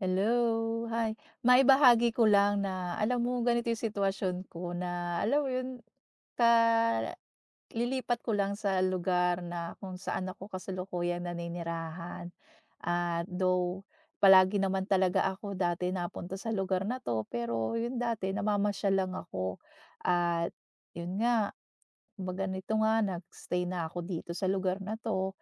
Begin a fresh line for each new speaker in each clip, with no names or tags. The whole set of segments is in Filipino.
Hello, hi. Maibahagi ko lang na alam mo ganito yung sitwasyon ko, na alam mo yun, ka lilipat ko lang sa lugar na kung saan ako kasalukuyang naninirahan. At though palagi naman talaga ako dati napunta sa lugar na 'to, pero yun dati namamasyal lang ako. At yun nga, kumbaga nito nga nagstay na ako dito sa lugar na 'to.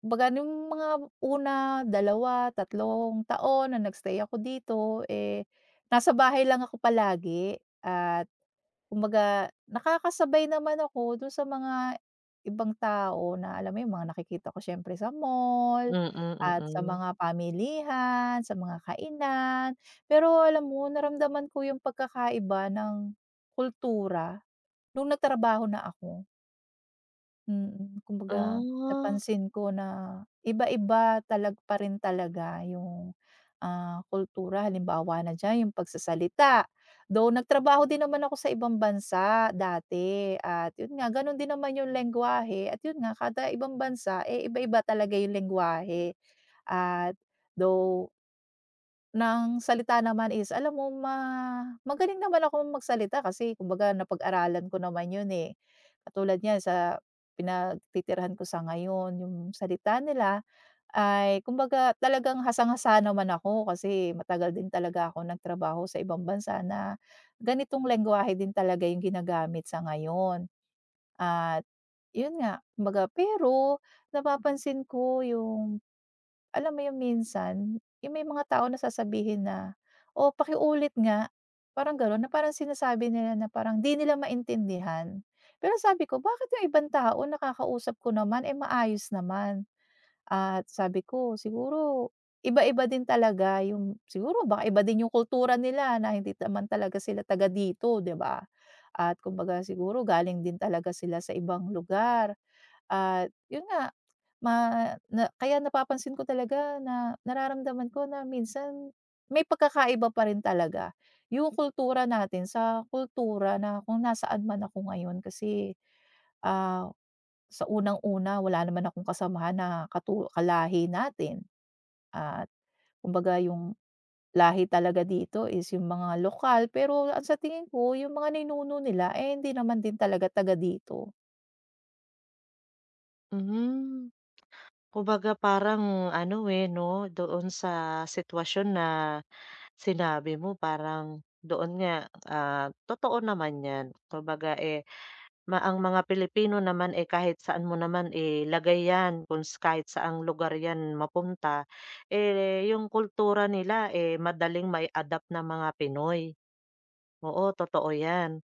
Kumbaga nung mga una, dalawa, 3 taon na nagstay ako dito, eh, nasa bahay lang ako palagi, at kumbaga nakakasabay naman ako dun sa mga ibang tao, na alam mo yung mga nakikita ko siyempre sa mall
Mm,
at sa
mm.
mga pamilihan, sa mga kainan. Pero alam mo, naramdaman ko yung pagkakaiba ng kultura nung nagtrabaho na ako. Mm, kumbaga
Ah,
napansin ko na iba-iba talag pa rin talaga yung, ah, kultura, halimbawa na diyan yung pagsasalita. Though nagtrabaho din naman ako sa ibang bansa dati, at yun nga ganun din naman yung lengguwahe, at yun nga kada ibang bansa, eh, iba-iba talaga yung lengguwahe. At though ng salita naman is alam mo, magaling naman ako magsalita kasi kumbaga napag-aralan ko naman yun, eh. Katulad niyan sa pinagtitirhan ko sa ngayon, yung salita nila ay kumbaga talagang hasang-hasa naman ako kasi matagal din talaga ako nagtrabaho sa ibang bansa na ganitong lengguwahe din talaga yung ginagamit sa ngayon. At yun nga, kumbaga, pero napapansin ko yung, alam mo, yung minsan, yung may mga tao na sasabihin na, "O, pakiulit nga." Parang gano'n, na parang sinasabi nila na parang 'di nila maintindihan. Pero sabi ko, "Bakit yung ibang tao nakakausap ko naman, eh, maayos naman?" At sabi ko, "Siguro iba-iba din talaga yung, siguro baka iba din yung kultura nila na hindi naman talaga sila taga dito, 'di ba? At kumbaga siguro galing din talaga sila sa ibang lugar." At yun nga, Ma na kaya napapansin ko talaga, na nararamdaman ko na minsan may pagkakaiba pa rin talaga yung kultura natin sa kultura na kung nasaan man ako ngayon. Kasi, ah, sa unang-una wala naman akong kasamahan na kalahi natin, at kumbaga yung lahi talaga dito is yung mga lokal. Pero ang sa tingin ko yung mga ninuno nila, eh, hindi naman din talaga taga dito.
mhm. Kumbaga parang ano, eh, 'no, doon sa sitwasyon na sinabi mo parang doon nga, totoo naman 'yan. Kumbaga, eh, ma ang mga Pilipino naman, eh, kahit saan mo naman ilagay 'yan, kung s kahit saang lugar 'yan mapunta, eh, yung kultura nila, eh, madaling mai-adapt ng mga Pinoy. Oo, totoo 'yan.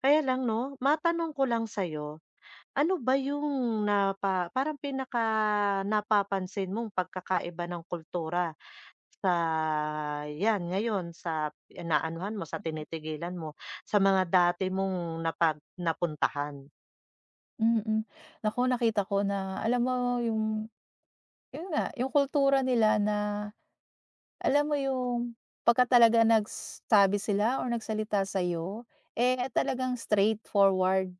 Kaya lang 'no, matanong ko lang sa'yo. Ano ba yung napa parang pinaka napapansin mong pagkakaiba ng kultura sa 'yan ngayon sa inaanuhan mo, sa tinitigilan mo, sa mga dati mong napuntahan?
Mm. Naku, nakita ko na, alam mo yung Yun nga, yung kultura nila na, alam mo yung, pagka talaga nagsabi sila or nagsalita sa'yo, eh, talagang straightforward.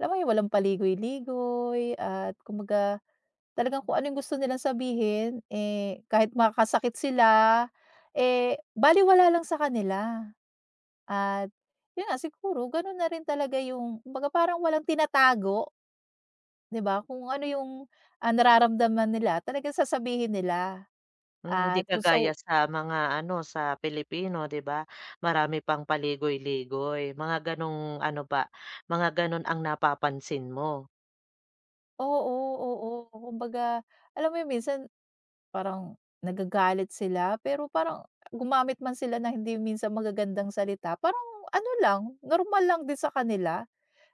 Alam mo yun, walang paligoy-ligoy, at kumbaga talagang kung ano yung gusto nilang sabihin, eh, kahit makakasakit sila, eh, baliwala lang sa kanila. At yun nga, siguro ganun na rin talaga yung, kumbaga parang walang tinatago, 'di ba? Kung ano yung, ah, nararamdaman nila talagang sasabihin nila.
Hmm, hindi
At kung sa
kagaya sa mga ano, sa Pilipino 'di ba, marami pang paligoy-ligoy, mga gano'ng ano ba, mga gano'n ang napapansin mo?
Oo, oo. Kumbaga, alam mo 'yun minsan parang nagagalit sila, pero parang gumamit man sila na hindi minsan magagandang salita, parang ano lang, normal lang din sa kanila,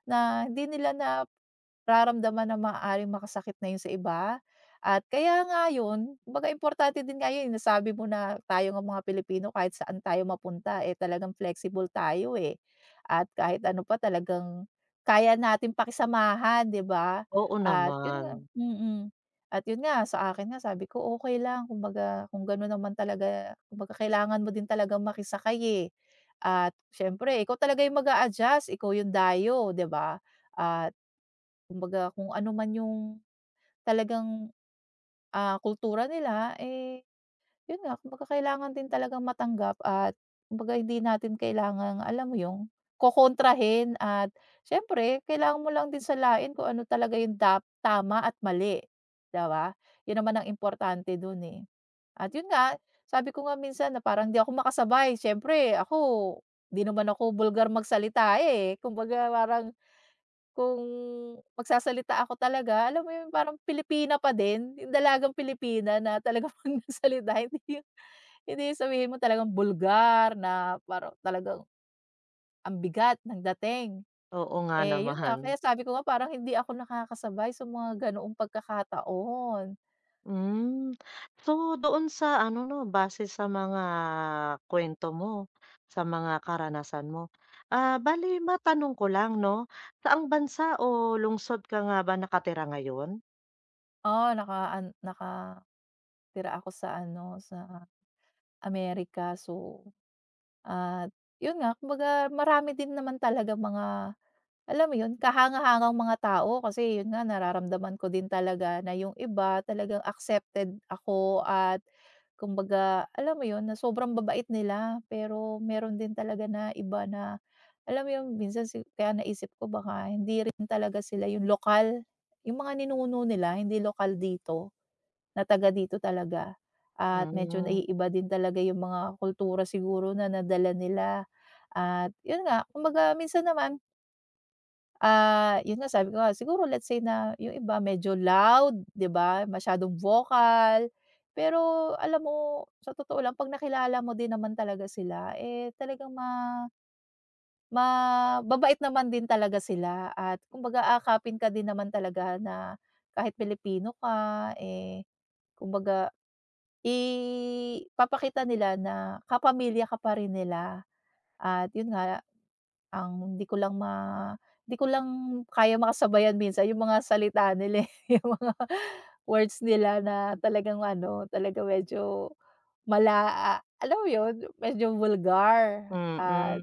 na hindi nila nararamdaman na maaaring makasakit na yun sa iba. At kaya nga yun, kumbaga importante din nga yun, eh, nasabi mo na tayo ng mga Pilipino kahit saan tayo mapunta, eh, talagang flexible tayo, eh. At kahit ano pa talagang kaya natin pakisamahan, 'di ba?
Oo
At yun
naman,
nga, mm. At yun nga, sa akin nga sabi ko, okay lang kumbaga kung gano'n naman talaga, kumbaga kailangan mo din talaga makisakay, eh. At siyempre ikaw talaga yung mag-a-adjust, ikaw yung dayo, 'di ba? At kumbaga kung ano man yung talagang, ah, kultura nila, eh, yun nga, kumbaga kailangan din talagang matanggap, at kumbaga hindi natin kailangang, alam mo yung, kokontrahin, at siyempre kailangan mo lang din salain kung ano talaga yung tama at mali, 'di ba? Yun naman ang importante dun, eh. At yun nga, sabi ko nga minsan na parang di ako makasabay, siyempre ako, 'di naman ako bulgar magsalita, eh. Kumbaga parang kung magsasalita ako talaga, alam mo yun, parang Pilipina pa din, yung dalagang Pilipina na talagang 'pag nagsalita, hindi yung, sabihin mo talagang bulgar na parang talagang ang bigat ng dating.
oo nga
Eh, yun
naman.
nga kaya sabi ko nga parang hindi ako nakakasabay sa mga ganoong pagkakataon.
Hmm. So, doon sa ano 'no, base sa mga kuwento mo, sa mga karanasan mo, bale matanong ko lang 'no, saang bansa o lungsod ka nga ba nakatira ngayon?
Oo, nakatira ako sa ano, sa Amerika, so. At yun nga kumbaga marami din naman talaga mga, alam mo 'yun, kahanga-hangang mga tao, kasi 'yun nga nararamdaman ko din talaga na yung iba talagang accepted ako, at kumbaga alam mo 'yun na sobrang babait nila. Pero meron din talaga na iba na alam mo 'yun minsan kaya naisip ko baka hindi rin talaga sila yung lokal, yung mga ninuno nila hindi lokal dito, na taga dito talaga, at medyo
Hmm,
naiiba din talaga yung mga kultura siguro na nadala nila. At 'yun nga, kumbaga minsan naman, ah, yun nga sabi ko nga, siguro let's say na yung iba medyo loud, 'di ba, masyadong vocal. Pero alam mo, sa totoo lang 'pag nakilala mo din naman talaga sila, eh, talagang mababait naman din talaga sila, at kumbaga aakapin ka din naman talaga, na kahit Pilipino ka, eh, kumbaga ipapakita nila na kapamilya ka pa rin nila. At yun nga, ang hindi ko lang ma, hindi ko lang kaya makasabayan minsan yung mga salita nila, eh, yung mga words nila na talagang ano, talagang medyo mala a alam mo yun, medyo vulgar
mm, hmm.
at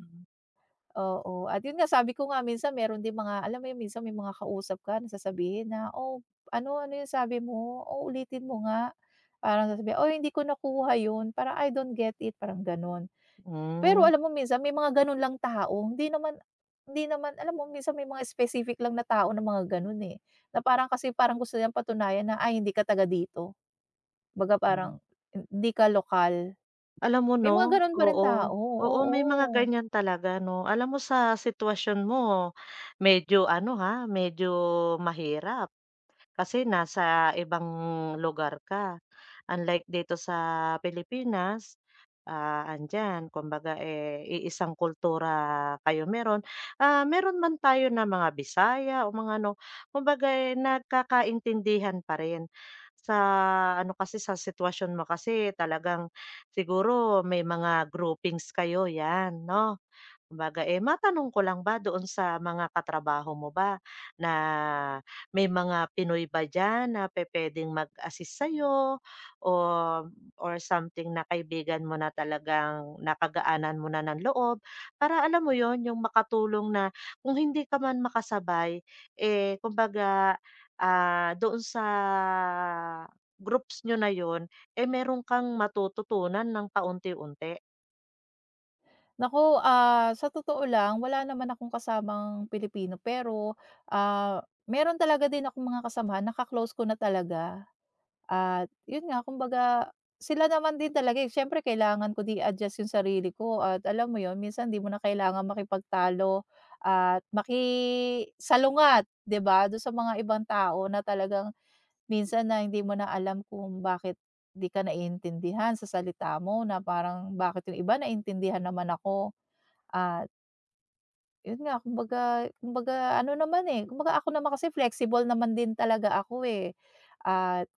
oo. At yun nga, sabi ko nga minsan meron din mga, alam mo yun, minsan may mga kausap ka na sasabihin na, "Oh, ano, ano yung sabi mo? Oh, ulitin mo nga." Parang sasabihin, "Oy, hindi ko nakuha yun." Parang, "I don't get it." Parang ganun. Pero alam mo minsan may mga ganun lang tao, hindi naman, alam mo minsan may mga specific lang na tao na mga ganun, eh, na parang kasi parang gusto nilang patunayan na, "Ay, hindi ka taga dito." Kumbaga parang
Hmm.
hindi ka lokal.
Alam mo
May mga
'no,
gano'n pa rin
oo,
tao,
oo may mga
oo.
ganyan talaga 'no. Alam mo sa sitwasyon mo medyo ano ha, medyo mahirap. Kasi nasa ibang lugar ka. Unlike dito sa Pilipinas, ah, andiyan kumbaga, eh, iisang kultura kayo meron. Ah, meron man tayo na mga Bisaya o mga ano, kumbaga, eh, nagkakaintindihan pa rin. Sa ano kasi, sa sitwasyon mo kasi talagang siguro may mga groupings kayo, 'yan 'no? Kumbaga, eh, matanong ko lang ba doon sa mga katrabaho mo ba na may mga Pinoy ba diyan na pupuwedeng mag-assist sa'yo o or something na kaibigan mo na talagang napagaanan mo na ng loob para alam mo yon yung makatulong na kung hindi ka man makasabay, eh, kumbaga, doon sa groups niyo na yon eh, meron kang matututunan ng paunti-unti?
Naku, ah, sa totoo lang wala naman akong kasamang Pilipino, pero, ah, meron talaga din akong mga kasamahan na ka-close ko na talaga. At yun nga kumbaga, sila naman din talaga, eh, siyempre kailangan ko di adjust yung sarili ko, at alam mo yun minsan di mo na kailangan makipagtalo at makisalungat, 'di ba, dun sa mga ibang tao na talagang minsan na hindi mo na alam kung bakit di ka naiintindihan sa salita mo, na parang bakit yung iba naintindihan naman ako. At yun nga kumbaga, ano naman, eh, kumbaga ako naman kasi flexible naman din talaga ako, eh. At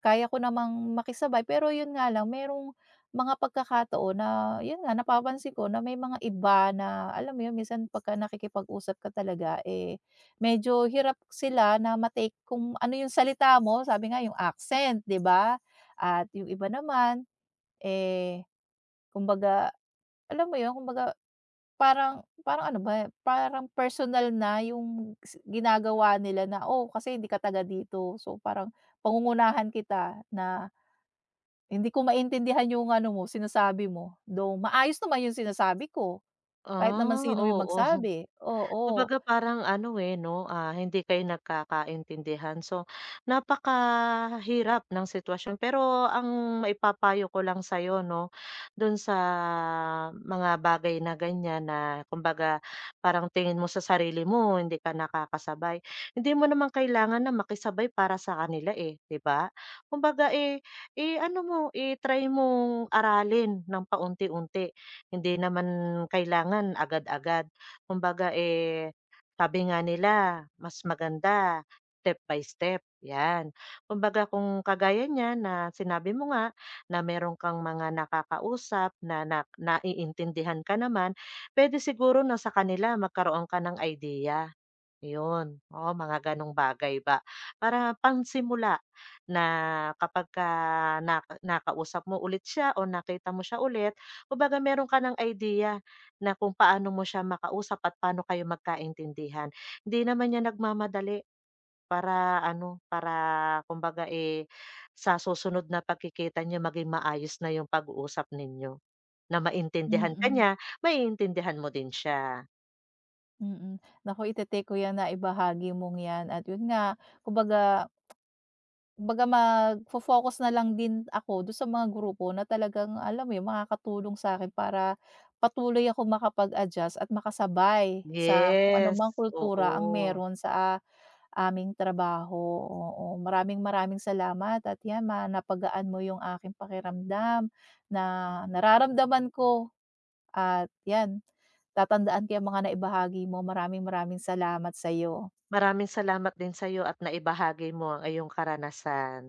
kaya ko namang makisabay, pero yun nga lang merong mga pagkakataon na, yun nga napapansin ko na may mga iba na alam mo yun minsan pagka nakikipag-usap ka talaga, eh, medyo hirap sila na ma-take kung ano yung salita mo, sabi nga yung accent, 'di ba? At yung iba naman, eh, kumbaga alam mo yun, kumbaga parang, ano ba, parang personal na yung ginagawa nila, na, "Oh, kasi hindi ka taga dito, so parang pangungunahan kita na. Hindi ko maintindihan yung ano mo, sinasabi mo," though maayos naman yung sinasabi ko, kahit naman
Ah,
sino yung
oo.
magsabi, oo.
Kumbaga parang ano, eh, 'no, ah, hindi kayo nagkakaintindihan. So, napakahirap ng sitwasyon. Pero ang maipapayo ko lang sa'yo, 'no, do'n sa mga bagay na ganyan na kumbaga parang tingin mo sa sarili mo hindi ka nakakasabay, hindi mo naman kailangan na makisabay para sa kanila, eh, 'di ba? Kumbaga, eh ano mo, eh try mong aralin ng paunti-unti. Hindi naman kailangan agad-agad. Kumbaga, eh, sabi nga nila mas maganda step by step, 'yan. Kumbaga kung kagaya niyan na sinabi mo nga na meron kang mga nakakausap na na naiintindihan ka naman, pwede siguro na sa kanila magkaroon ka ng idea. Yun, oo mga ganong bagay ba. Para pangsimula na kapag ka na nakausap mo ulit siya o nakita mo siya ulit, kumbaga meron ka ng idea na kung paano mo siya makausap at paano kayo magkaintindihan. Hindi naman niya nagmamadali para ano, para kumbaga, eh, sa susunod na pagkikita niyo maging maayos na yung pag-uusap ninyo, na maintindihan ka
Mm,
niya, maiintindihan mo din siya.
mm. Naku, ite-take ko 'yan na ibahagi mong 'yan, at yun nga, kumbaga, magfo-focus na lang din ako dun sa mga grupo na talagang, alam mo yun, makakatulong sa'kin para patuloy akong makapag-adjust at makasabay sa kung ano
Yes,
mang kultura ang
oo.
meron sa aming trabaho, oo. Maraming maraming salamat, at 'yan, ma, napagaan mo 'yung aking pakiramdam na nararamdaman ko, at 'yan, tatandaan ko 'yang mga naibahagi mo. Maraming maraming salamat sa'yo.
Maraming salamat din sa'yo at naibahagi mo ang iyong karanasan.